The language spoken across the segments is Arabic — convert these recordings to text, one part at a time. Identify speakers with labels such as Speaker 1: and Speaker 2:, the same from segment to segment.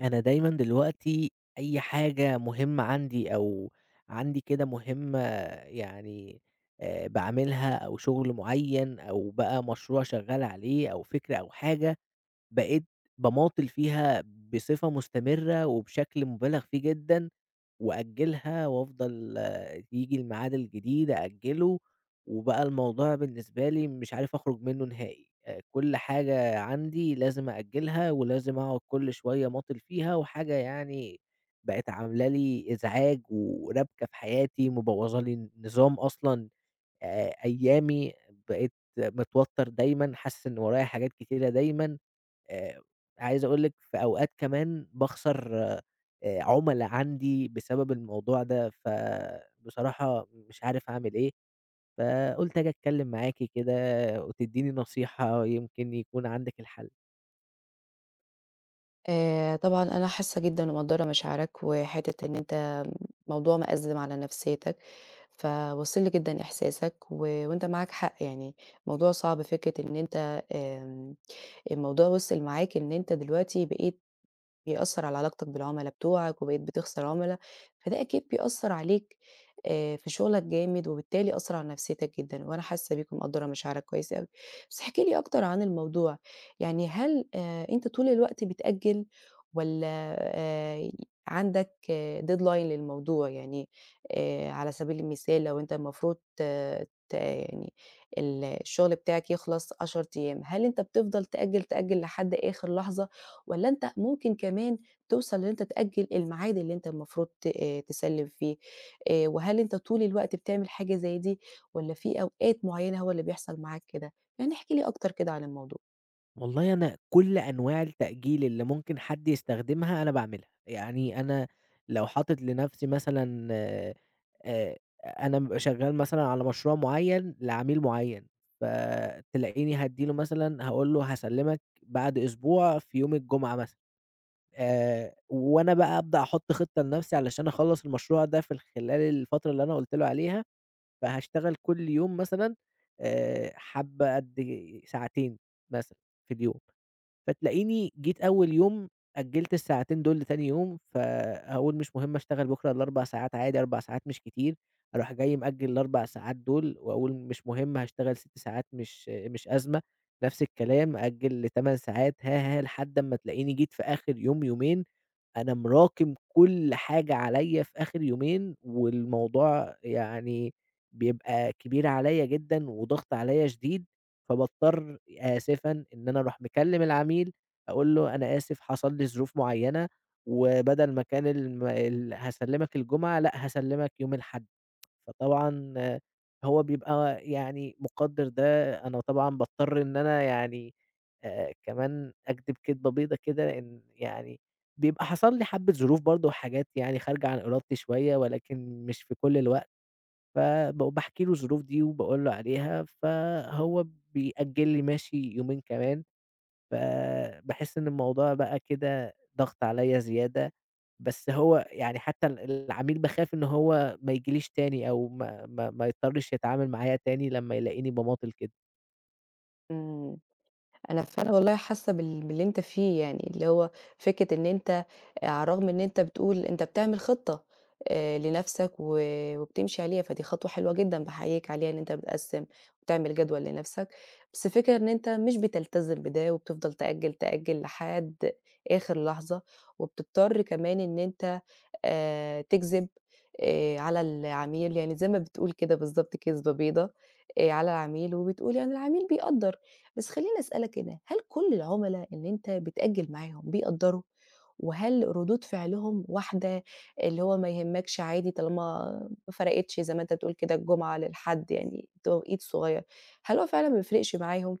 Speaker 1: أنا دايمًا دلوقتي أي حاجة مهمة عندي أو عندي كده مهمة يعني باعملها أو شغل معيّن أو بقى مشروع شغّال عليه أو فكرة أو حاجة، بقيت باماطل فيها بصفة مستمرة وبشكل مُبالغ فيه جدًا، وأأجّلها وأفضل ييجي الميعاد الجديد أأجّله، وبقى الموضوع بالنسبة لي مش عارف أخرج منّه نهائي. كل حاجة عندي لازم أأجّلها ولازم أقعد كل شوية ماطل فيها، وحاجة يعني بقت عاملة لي إزعاج وربكة في حياتي، مبوّظة لي نظام أصلًا أيامي. بقيت متوتّر دايمًا، حاسس إن ورايا حاجات كتيرة دايمًا. آآ عايز أقول لِك في أوقات كمان باخسر عُملا عندي بسبب الموضوع ده، فبصراحة مش عارف أعمل إيه. فقُلت آجي أتكلّم معاكِ كده وتدّيني نصيحة يمكن يكون عندِك الحل.
Speaker 2: طبعًا أنا حاسة جدًا ومقدّرة مشاعرك، وحتّة إن أنت موضوع مأزِّم على نفسيّتك، فواصل لي جدًا إحساسك و وأنت معاك حق يعني، الموضوع صعب فكرة إن أنت الموضوع وصل معاك إن أنت دلوقتي بقيت بيأثّر على علاقتك بالعُملا بتوعك، وبقيت بتخسر عُملا، فده أكيد بيأثّر عليك في شغلك جامد، وبالتالي أثّر على نفسيتك جدًا، وأنا حاسّة بيك ومقدّرة مشاعرك كويس أوي. بس احكِ لي أكتر عن الموضوع، يعني هل أنت طول الوقت بتأجّل والّا آآ عندك deadline للموضوع؟ يعني على سبيل المثال لو أنت المفروض ت ت يعني الشغل بتاعك يخلص 10 أيام، هل أنت بتفضل تأجّل، تأجّل لحد آخر لحظة؟ والّا أنت ممكن كمان توصل إن أنت تأجّل الميعاد اللي أنت المفروض ت تسلِّم فيه، وهل أنت طول الوقت بتعمل حاجة زي دي والّا في أوقات معيّنة هو اللي بيحصل معاك كده؟ يعني احكِ لي أكتر كده عن الموضوع.
Speaker 1: والله أنا كل أنواع التأجيل اللي ممكن حد يستخدمها أنا باعملها، يعني أنا لو حاطط لنفسي مثلًا آآ أنا بابقى شغال مثلًا على مشروع معيّن لعميل معيّن، فتلاقيني هادّي له مثلًا هاقول له هاسلّمك بعد أسبوع في يوم الجمعة مثلًا. وأنا بقى أبدأ أحط خطة لنفسي علشان أخلّص المشروع ده في خلال الفترة اللي أنا قُلت له عليها، فهاشتغل كل يوم مثلًا حبّة قد ساعتين مثلًا في اليوم. فتلاقيني جيت أول يوم أجّلت الساعتين دول لتاني يوم، فأقول مش مهم أشتغل بكرة ال4 ساعات عادي، 4 ساعات مش كتير، أروح جاي مأجّل ال4 ساعات دول وأقول مش مهم هاشتغل 6 ساعات مش أزمة، نفس الكلام أأجّل ل8 ساعات، ها، ها، لحد أمّا تلاقيني جيت في آخر يوم، يومين أنا مراكم كل حاجة عليّا في آخر يومين، والموضوع يعني بيبقى كبير عليّا جدًا وضغط عليّا شديد. فباضطر آسفًا إن أنا أروح مكلّم العميل أقول له: "أنا آسف حصل لي ظروف معيّنة وبدل ما كان الم ال هاسلّمك الجمعة، لأ هاسلّمك يوم الأحد." فطبعًا آه، هو بيبقى يعني مُقدّر ده، أنا طبعًا باضطر إن أنا يعني كمان أكدب كدبة بيضة كده إن يعني بيبقى حصل لي حبّة ظروف برضه وحاجات يعني خارجة عن إرادتي شوية ولكن مش في كل الوقت. باحكي له الظروف دي وباقول له عليها، فهو بيأجل لي ماشي يومين كمان، فباحس إن الموضوع بقى كده ضغط عليّا زيادة، بس هو يعني حتى العميل باخاف إن هو ما يجيليش تاني أو ما يضطرش يتعامل معايا تاني لمّا يلاقيني باماطل كده.
Speaker 2: إمم. أنا فعلًا والله حاسة باللي أنت فيه يعني، اللي هو فكرة إن أنت على الرغم إن أنت بتقول أنت بتعمل خطة لنفسك وبتمشي عليها، فدي خطوة حلوة جدًا باحييك عليها إن أنت بتقسّم وتعمل جدول لنفسك، بس الفكرة إن أنت مش بتلتزم بده وبتفضل تأجّل، تأجّل لحد آخر لحظة، وبتضطر كمان إن أنت تكذب على العميل، يعني زي ما بتقول كده بالضبط كذبة بيضا على العميل، وبتقول يعني العميل بيقدّر. بس خلّيني أسألك هنا، هل كل العُملا اللي أنت بتأجّل معاهم بيقدّروا؟ وهل ردود فعلهم واحدة، اللي هو ما يهمكش عادي طالما ما فرقتش زي ما أنت بتقول كده الجمعة للحد يعني توقيت صغير، هل هو فعلًا ما بيفرقش معاهم؟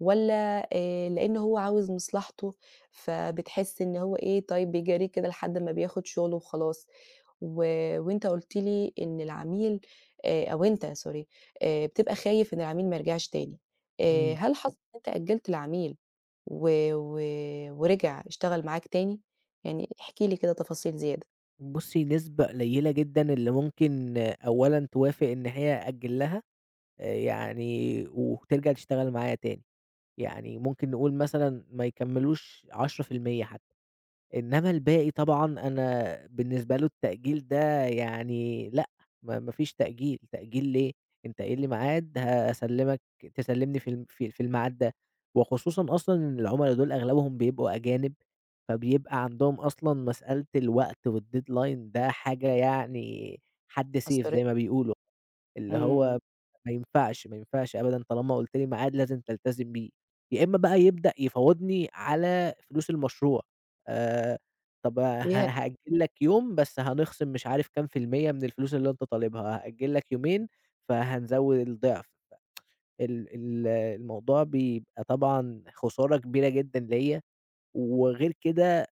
Speaker 2: والّا لإن هو عاوز مصلحته، فبتحس إن هو إيه، طيب بيجاريه كده لحد ما بياخد شغله وخلاص. و وأنت قُلت لي إن العميل أو أنت sorry بتبقى خايف إن العميل ما يرجعش تاني.
Speaker 1: إمم.
Speaker 2: هل حصل إن أنت أجّلت العميل و و ورجع اشتغل معاك تاني؟ يعني احكِ لي كده تفاصيل زيادة.
Speaker 1: بُصّي، نسبة قليلة جدًا اللي ممكن آه، أولًا توافق إن هي أأجل لها. يعني وترجع تشتغل معايا تاني. يعني ممكن نقول مثلًا ما يكمّلوش 10% حتى، إنّما الباقي طبعًا أنا بالنسبة له التأجيل ده يعني لأ، ما فيش تأجيل، تأجيل ليه؟ أنت قايل لي ميعاد هاسلّمك تسلّمني في في الميعاد ده، وخصوصًا أصلًا إن العُملا دول أغلبهم بيبقوا أجانب، فبيبقى عندهم أصلًا مسألة الوقت والdeadline ده حاجة يعني حَد سيف
Speaker 2: أثّرت
Speaker 1: زي ما بيقولوا. اللي هو
Speaker 2: إمم.
Speaker 1: ما ينفعش، ما ينفعش أبدًا طالما قُلت لي ميعاد لازم تلتزم بيه، يا إمّا بقى يبدأ يفاوضني على فلوس المشروع. آآ طَب
Speaker 2: ياه!
Speaker 1: هأجّل لك يوم بس هنخصم مش عارف كام في المِيّة من الفلوس اللي أنت طالبها، هأجّل لك يومين فهنزوّد الضِعف، ال ال الموضوع بيبقى طبعًا خسارة كبيرة جدًا ليّا، وغير كده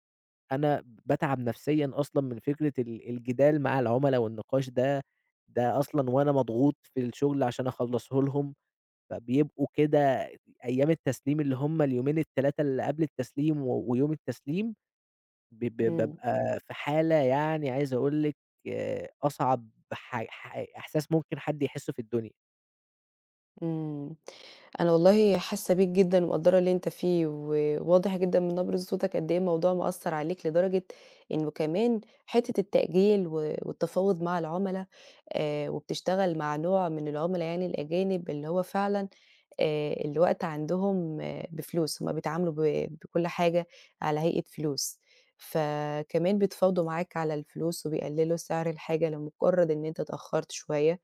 Speaker 1: أنا باتعب نفسيًا أصلًا من فكرة الجدال مع العُملا والنقاش ده، ده أصلًا وأنا مضغوط في الشغل عشان أخلّصه لهم، فبيبقوا كده أيام التسليم اللي هم اليومين ال3 اللي قبل التسليم ويوم التسليم ب ب
Speaker 2: إمم.
Speaker 1: بابقى في حالة يعني عايز أقول لِك أصعب ح ح إحساس ممكن حد يحسّه في الدنيا.
Speaker 2: إمم. أنا والله حاسة بيك جدًا ومقدّرة اللي أنت فيه، وواضح جدًا من نبرة صوتك قد إيه الموضوع مأثّر عليك لدرجة إنه كمان حتّة التأجيل و والتفاوض مع العُملا، وبتشتغل مع نوع من العُملا يعني الأجانب اللي هو فعلًا الوقت عندهم آه، بفلوس، هُم بيتعاملوا بكل حاجة على هيئة فلوس، فكمان بيتفاوضوا معاك على الفلوس وبيقللوا سعر الحاجة لمجرد إن أنت اتأخرت شوية،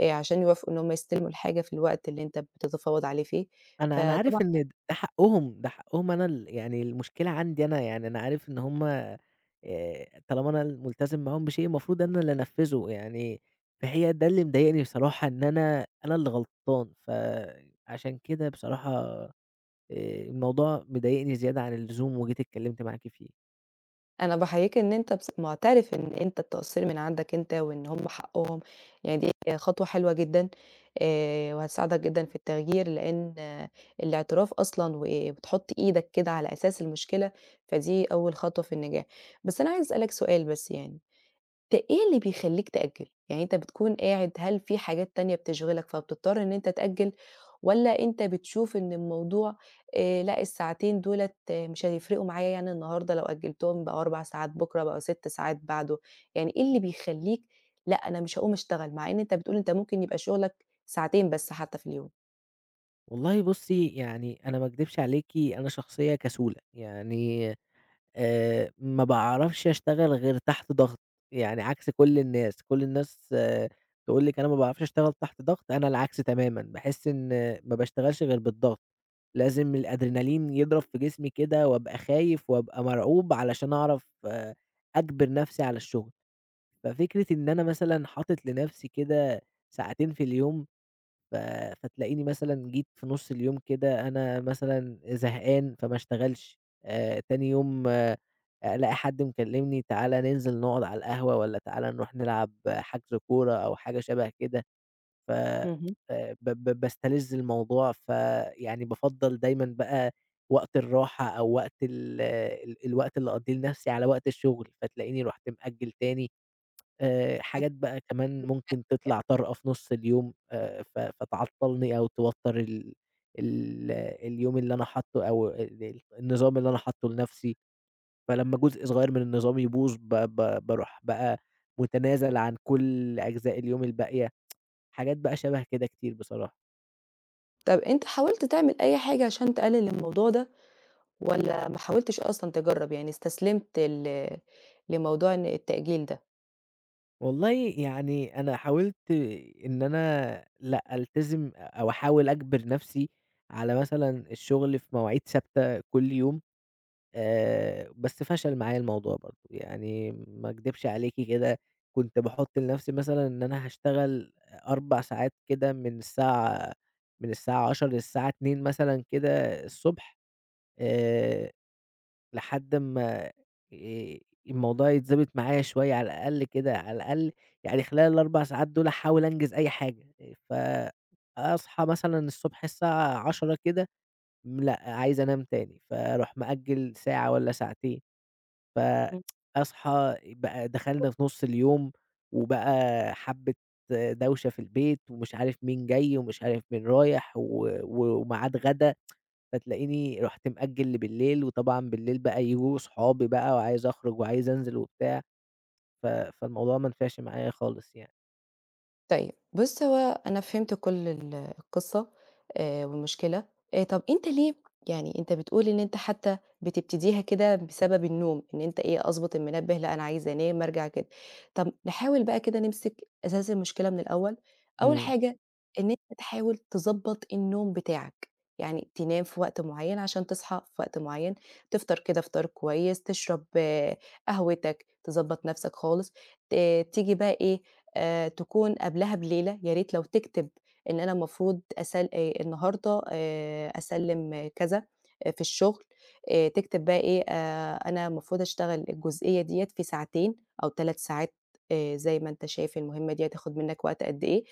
Speaker 2: عشان يوافقوا إن هُم يستلموا الحاجة في الوقت اللي أنت بتتفاوض عليه فيه،
Speaker 1: أنا
Speaker 2: فطبعًا
Speaker 1: عارف إن ده حقهم، ده حقهم أنا يعني المشكلة عندي أنا، يعني أنا عارف إن هُم طالما أنا الملتزم معاهم بشيء المفروض أنا اللي أنفّذه، يعني فهي ده اللي مضايقني بصراحة إن أنا اللي غلطان، فعشان كده بصراحة الموضوع مضايقني زيادة عن اللزوم وجيت اتكلمت معاكِ فيه.
Speaker 2: أنا باحييك إن أنت بص مُعترف إن أنت التقصير من عندك أنت وإن هم حقهم، يعني دي خطوة حلوة جدًا وهتساعدك جدًا في التغيير، لإن آه، الاعتراف أصلًا وبتحُط إيدك كده على أساس المشكلة، فدي أول خطوة في النجاح. بس أنا عايزة أسألك سؤال بس يعني، إيه اللي بيخلّيك تأجّل؟ يعني أنت بتكون قاعد هل في حاجات تانية بتشغلك فبتضطر إن أنت تأجّل، والّا أنت بتشوف إن الموضوع لأ الساعتين دُولة مش هيفرقوا معايا يعني النهارده لو أجّلتهم بقوا 4 ساعات بُكرة، بقوا 6 ساعات بعده، يعني إيه اللي بيخلّيك لأ أنا مش هاقوم أشتغل، مع إن أنت بتقول أنت ممكن يبقى شغلك ساعتين بس حتى في اليوم؟
Speaker 1: والله بُصّي، يعني أنا ما اكدبش عليكِ أنا شخصية كسولة، يعني ما باعرفش أشتغل غير تحت ضغط، يعني عكس كل الناس، كل الناس آه، تقول لِك أنا ما باعرفش أشتغل تحت ضغط، أنا العكس تمامًا، باحس إن ما باشتغلش غير بالضغط، لازم الأدرينالين يضرب في جسمي كده وأبقى خايف وأبقى مرعوب علشان أعرف آه، أجبر نفسي على الشغل، ففكرة إن أنا مثلًا حاطط لنفسي كده ساعتين في اليوم ف فتلاقيني مثلًا جيت في نُص اليوم كده أنا مثلًا زهقان فما اشتغلش. تاني يوم آه ألاقي حد مكلمني تعالَ ننزل نقعد على القهوة والّا تعالَ نروح نلعب حجز كورة أو حاجة شبه كده. ف
Speaker 2: اهم.
Speaker 1: ب ب باستلذ الموضوع، فيعني بافضّل دايمًا بقى وقت الراحة أو وقت ال ال الوقت اللي أقضيه لنفسي على وقت الشغل، فتلاقيني رُحت مأجّل تاني. حاجات بقى كمان ممكن تطلع طارئة في نُص اليوم، فتعطّلني أو توتّر ال ال اليوم اللي أنا حاطّه أو ال ال النظام اللي أنا حاطّه لنَفْسي، فلمّا جزء صغير من النظام يبوظ ب ب باروح بقى متنازل عن كل أجزاء اليوم الباقية، حاجات بقى شَبه كده كتير بصراحة.
Speaker 2: طَب أنت حاولت تعمل أي حاجة عشان تقلل الموضوع ده، والّا ما حاولتش أصلًا تجرّب يعني استسلمت لموضوع إن التأجيل ده؟
Speaker 1: والله يعني أنا حاولت إن أنا لأ، ألتزم أو أحاول أجبر نَفْسي على مثلًا الشغل في مواعيد ثابتة كل يوم. بس فشل معايا الموضوع برضه، يعني ما أكدبش عليكِ كده، كنت باحط لنفسي مثلًا إن أنا هاشتغل 4 ساعات كده من الساعة 10:00 للساعة 14:00 مثلًا كده الصبح. آآ، لحد أمّا آآ، الموضوع يتضبط معايا شوية على الأقل كده، على الأقل يعني خلال ال4 ساعات دول أحاول أنجز أي حاجة. آآ، فأصحى مثلًا الصبح الساعة 10:00 كده، لأ، عايز أنام تاني، فأروح مأجل ساعة والّا ساعتين.
Speaker 2: إمم.
Speaker 1: فأصحى بقى دخلنا في نُص اليوم، وبقى حبّة دوشة في البيت، ومش عارف مين جاي، ومش عارف مين رايح، و و وميعاد غدا، فتلاقيني رُحت مأجّل لبليل، وطبعًا بالليل بقى ييجوا صحابي بقى وعايز أخرج وعايز أنزل وبتاع. فالموضوع ما نفعش معايا خالص يعني.
Speaker 2: طيب بُص، هو أنا فهمت كل القصة والمشكلة، طب أنت ليه يعني أنت بتقول إن أنت حتى بتبتديها كده بسبب النوم، إن أنت إيه أضبط المنبه، لأ أنا عايز أنام أرجع كده، طب نحاول بقى كده نمسك أساس المشكلة من الأول، أول
Speaker 1: إمم.
Speaker 2: حاجة إن أنت تحاول تضبّط النوم بتاعك، يعني تنام في وقت معين عشان تصحى في وقت معين، تفطر كده فطار كويس، تشرب آه، قهوتك، تضبّط نفسك خالص. ت تيجي بقى إيه، تكون قبلها بليلة، يا ريت لو تكتب إن أنا المفروض أسل النهارده أسلِّم كذا آه، في الشغل، تكتب بقى إيه، أنا المفروض أشتغل الجزئية ديّة في ساعتين أو 3 ساعات زي ما أنت شايف المهمة دي هتاخد منّك وقت قد إيه،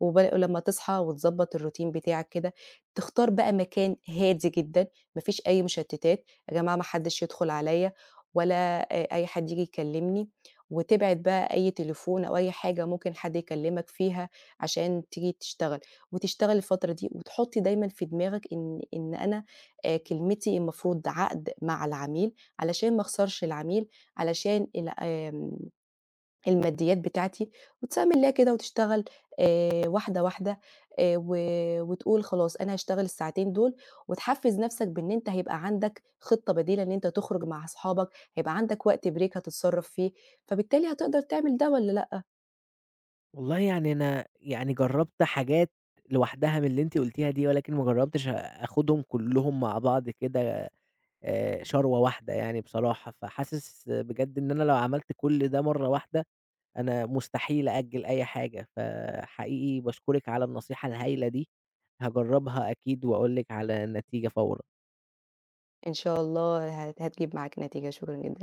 Speaker 2: ولمّا تصحى وتضبّط الroutine بتاعك كده، تختار بقى مكان هادي جدًا، ما فيش أي مشتتات، يا جماعة ما حدّش يدخل عليَّ ولا أي حد ييجي يكلمني. وتبعد بقى أي تليفون أو أي حاجة ممكن حد يكلمك فيها عشان تيجي تشتغل، وتشتغل الفترة دي، وتحطي دايمًا في دماغك إن أنا كلمتي المفروض عقد مع العميل علشان ما اخسرش العميل، علشان ال الماديات بتاعتي وتسأمن لها كده وتشتغل واحدة، واحدة و وتقول خلاص أنا هاشتغل الساعتين دول وتحفّز نَفْسك بإن أنت هيبقى عندك خطة بديلة إن أنت تخرج مع أصحابك، هيبقى عندك وقت break هتتصرّف فيه، فبالتالي هتقدر تعمل ده والّا لأ؟
Speaker 1: والله يعني أنا يعني جرّبت حاجات لوحدها من اللي أنتِ قُلتيها دي، ولكن ما جرّبتش آخُدهم كلّهم مع بعض كده شروَة واحدة يعني بصراحة، فحاسس بجد إن أنا لو عملت كل ده مرّة واحدة، أنا مستحيل أأجّل أي حاجة، فحقيقي باشكرِك على النصيحة الهايلة دي، هاجرّبها أكيد وأقول لِك على النتيجة فورًا.
Speaker 2: إن شاء الله هتجيب معاك نتيجة، شكرًا جدًا.